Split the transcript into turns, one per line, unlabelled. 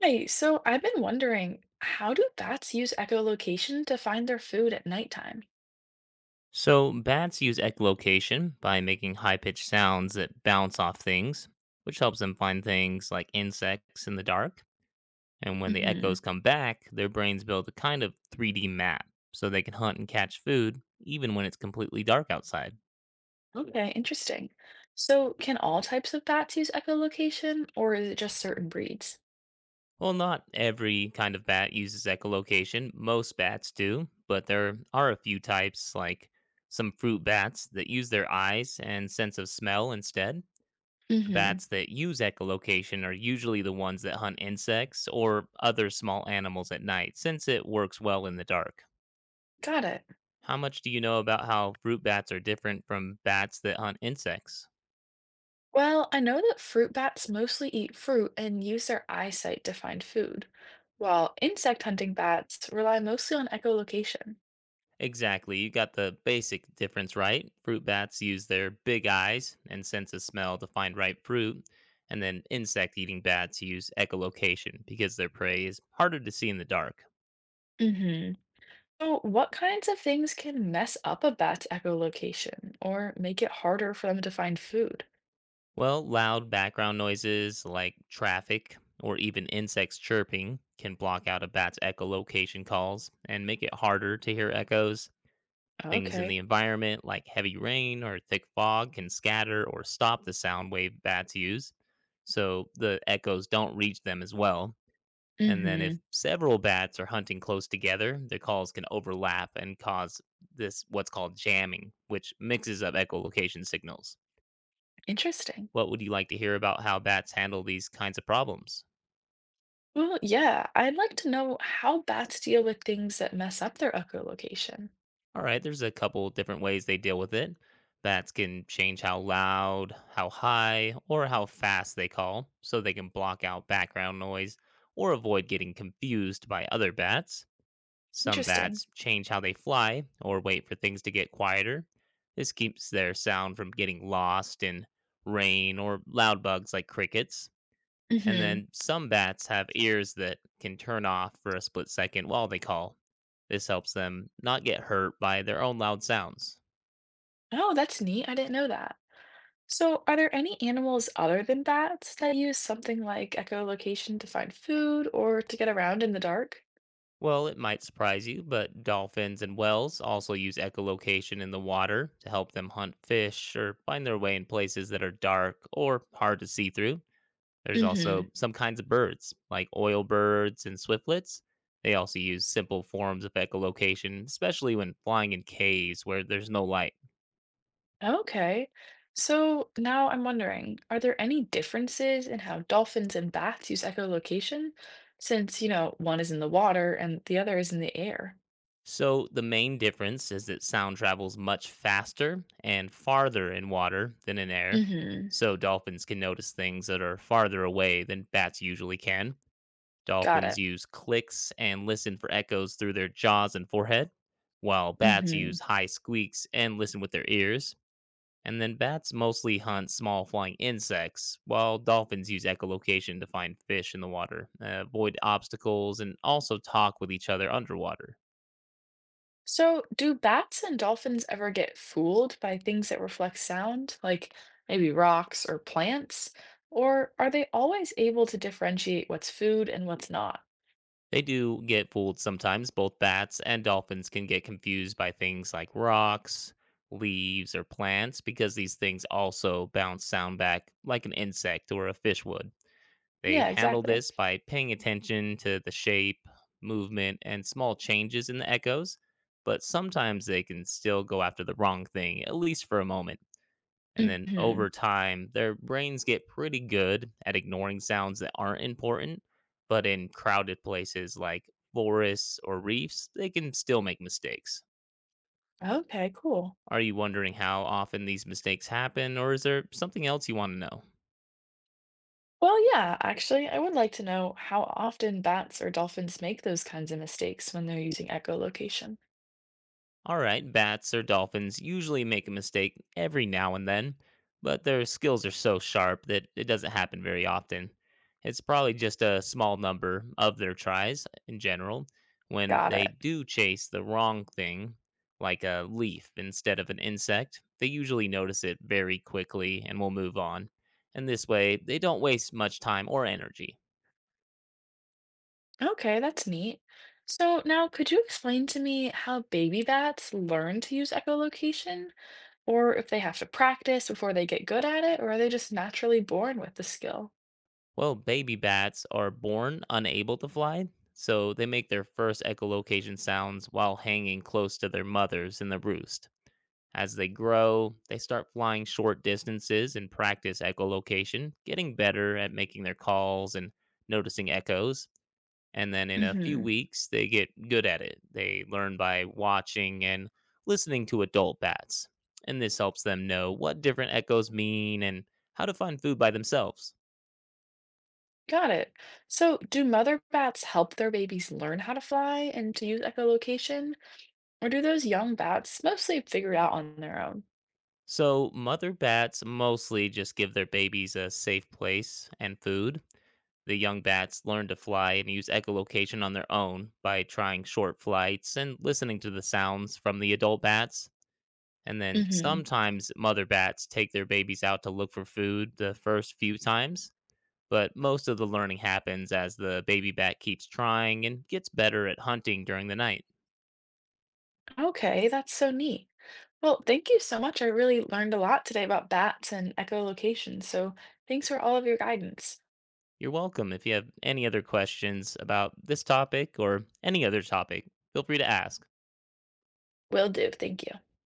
Hi, so I've been wondering, how do bats use echolocation to find their food at nighttime?
So, bats use echolocation by making high pitched sounds that bounce off things, which helps them find things like insects in the dark. And when the
Hmm.
echoes come back, their brains build a kind of 3D map so they can hunt and catch food even when it's completely dark outside.
Okay, interesting. So can all types of bats use echolocation, or is it just certain breeds?
Well, not every kind of bat uses echolocation. Most bats do, but there are a few types, like some fruit bats, that use their eyes and sense of smell instead. The
Hmm.
bats that use echolocation are usually the ones that hunt insects or other small animals at night, since it works well in the dark.
Got it.
How much do you know about how fruit bats are different from bats that hunt insects?
Well, I know that fruit bats mostly eat fruit and use their eyesight to find food, while insect hunting bats rely mostly on echolocation.
Exactly, you got the basic difference right. Fruit bats use their big eyes and sense of smell to find ripe fruit, and then insect eating bats use echolocation because their prey is harder to see in the dark.
Hmm. So what kinds of things can mess up a bat's echolocation or make it harder for them to find food?
Well, loud background noises like traffic or even insects chirping can block out a bat's echolocation calls and make it harder to hear echoes. Things in the
Okay.
environment like heavy rain or thick fog can scatter or stop the sound wave bats use, so the echoes don't reach them as well. And then, if
Hmm.
several bats are hunting close together, their calls can overlap and cause this what's called jamming, which mixes up echolocation signals.
Interesting.
What would you like to hear about how bats handle these kinds of problems?
Well, yeah, I'd like to know how bats deal with things that mess up their echolocation.
All right, there's a couple different ways they deal with it. Bats can change how loud, how high, or how fast they call, so they can block out background noise or avoid getting confused by other bats. Some
Interesting.
bats change how they fly or wait for things to get quieter. This keeps their sound from getting lost in rain or loud bugs like crickets. And
Hmm.
then some bats have ears that can turn off for a split second while they call. This helps them not get hurt by their own loud sounds.
Oh, that's neat. I didn't know that. So, are there any animals other than bats that use something like echolocation to find food or to get around in the dark?
Well, it might surprise you, but dolphins and whales also use echolocation in the water to help them hunt fish or find their way in places that are dark or hard to see through. There's
Hmm.
also some kinds of birds, like oil birds and swiftlets. They also use simple forms of echolocation, especially when flying in caves where there's no light.
Okay. So now I'm wondering, are there any differences in how dolphins and bats use echolocation? Since one is in the water and the other is in the air.
So, the main difference is that sound travels much faster and farther in water than in air.
Mhm.
So, dolphins can notice things that are farther away than bats usually can.
Got
Dolphins
it.
use clicks and listen for echoes through their jaws and forehead, while bats
Mhm.
use high squeaks and listen with their ears. And then bats mostly hunt small flying insects, while dolphins use echolocation to find fish in the water, avoid obstacles, and also talk with each other underwater.
So, do bats and dolphins ever get fooled by things that reflect sound, like maybe rocks or plants? Or are they always able to differentiate what's food and what's not?
They do get fooled sometimes. Both bats and dolphins can get confused by things like rocks, leaves, or plants because these things also bounce sound back like an insect or a fish would. They
Yeah,
handle
exactly.
this by paying attention to the shape, movement, and small changes in the echoes, but sometimes they can still go after the wrong thing, at least for a moment. And then
Mhm.
over time, their brains get pretty good at ignoring sounds that aren't important, but in crowded places like forests or reefs, they can still make mistakes.
Okay, cool.
Are you wondering how often these mistakes happen, or is there something else you want to know?
Well, yeah, actually, I would like to know how often bats or dolphins make those kinds of mistakes when they're using echolocation.
All right, bats or dolphins usually make a mistake every now and then, but their skills are so sharp that it doesn't happen very often. It's probably just a small number of their tries in general when
Got
they
it.
do chase the wrong thing, like a leaf instead of an insect. They usually notice it very quickly and will move on. And this way, they don't waste much time or energy.
Okay, that's neat. So now, could you explain to me how baby bats learn to use echolocation, or if they have to practice before they get good at it, or are they just naturally born with the skill?
Well, baby bats are born unable to fly, so they make their first echolocation sounds while hanging close to their mothers in the roost. As they grow, they start flying short distances and practice echolocation, getting better at making their calls and noticing echoes. And then in a few
Hmm.
weeks, they get good at it. They learn by watching and listening to adult bats. And this helps them know what different echoes mean and how to find food by themselves.
Got it. So, do mother bats help their babies learn how to fly and to use echolocation, or do those young bats mostly figure it out on their own?
So, mother bats mostly just give their babies a safe place and food. The young bats learn to fly and use echolocation on their own by trying short flights and listening to the sounds from the adult bats. And then
Hmm.
sometimes mother bats take their babies out to look for food the first few times, but most of the learning happens as the baby bat keeps trying and gets better at hunting during the night.
Okay, that's so neat. Well, thank you so much. I really learned a lot today about bats and echolocation. So, thanks for all of your guidance.
You're welcome. If you have any other questions about this topic or any other topic, feel free to ask.
Will do. Thank you.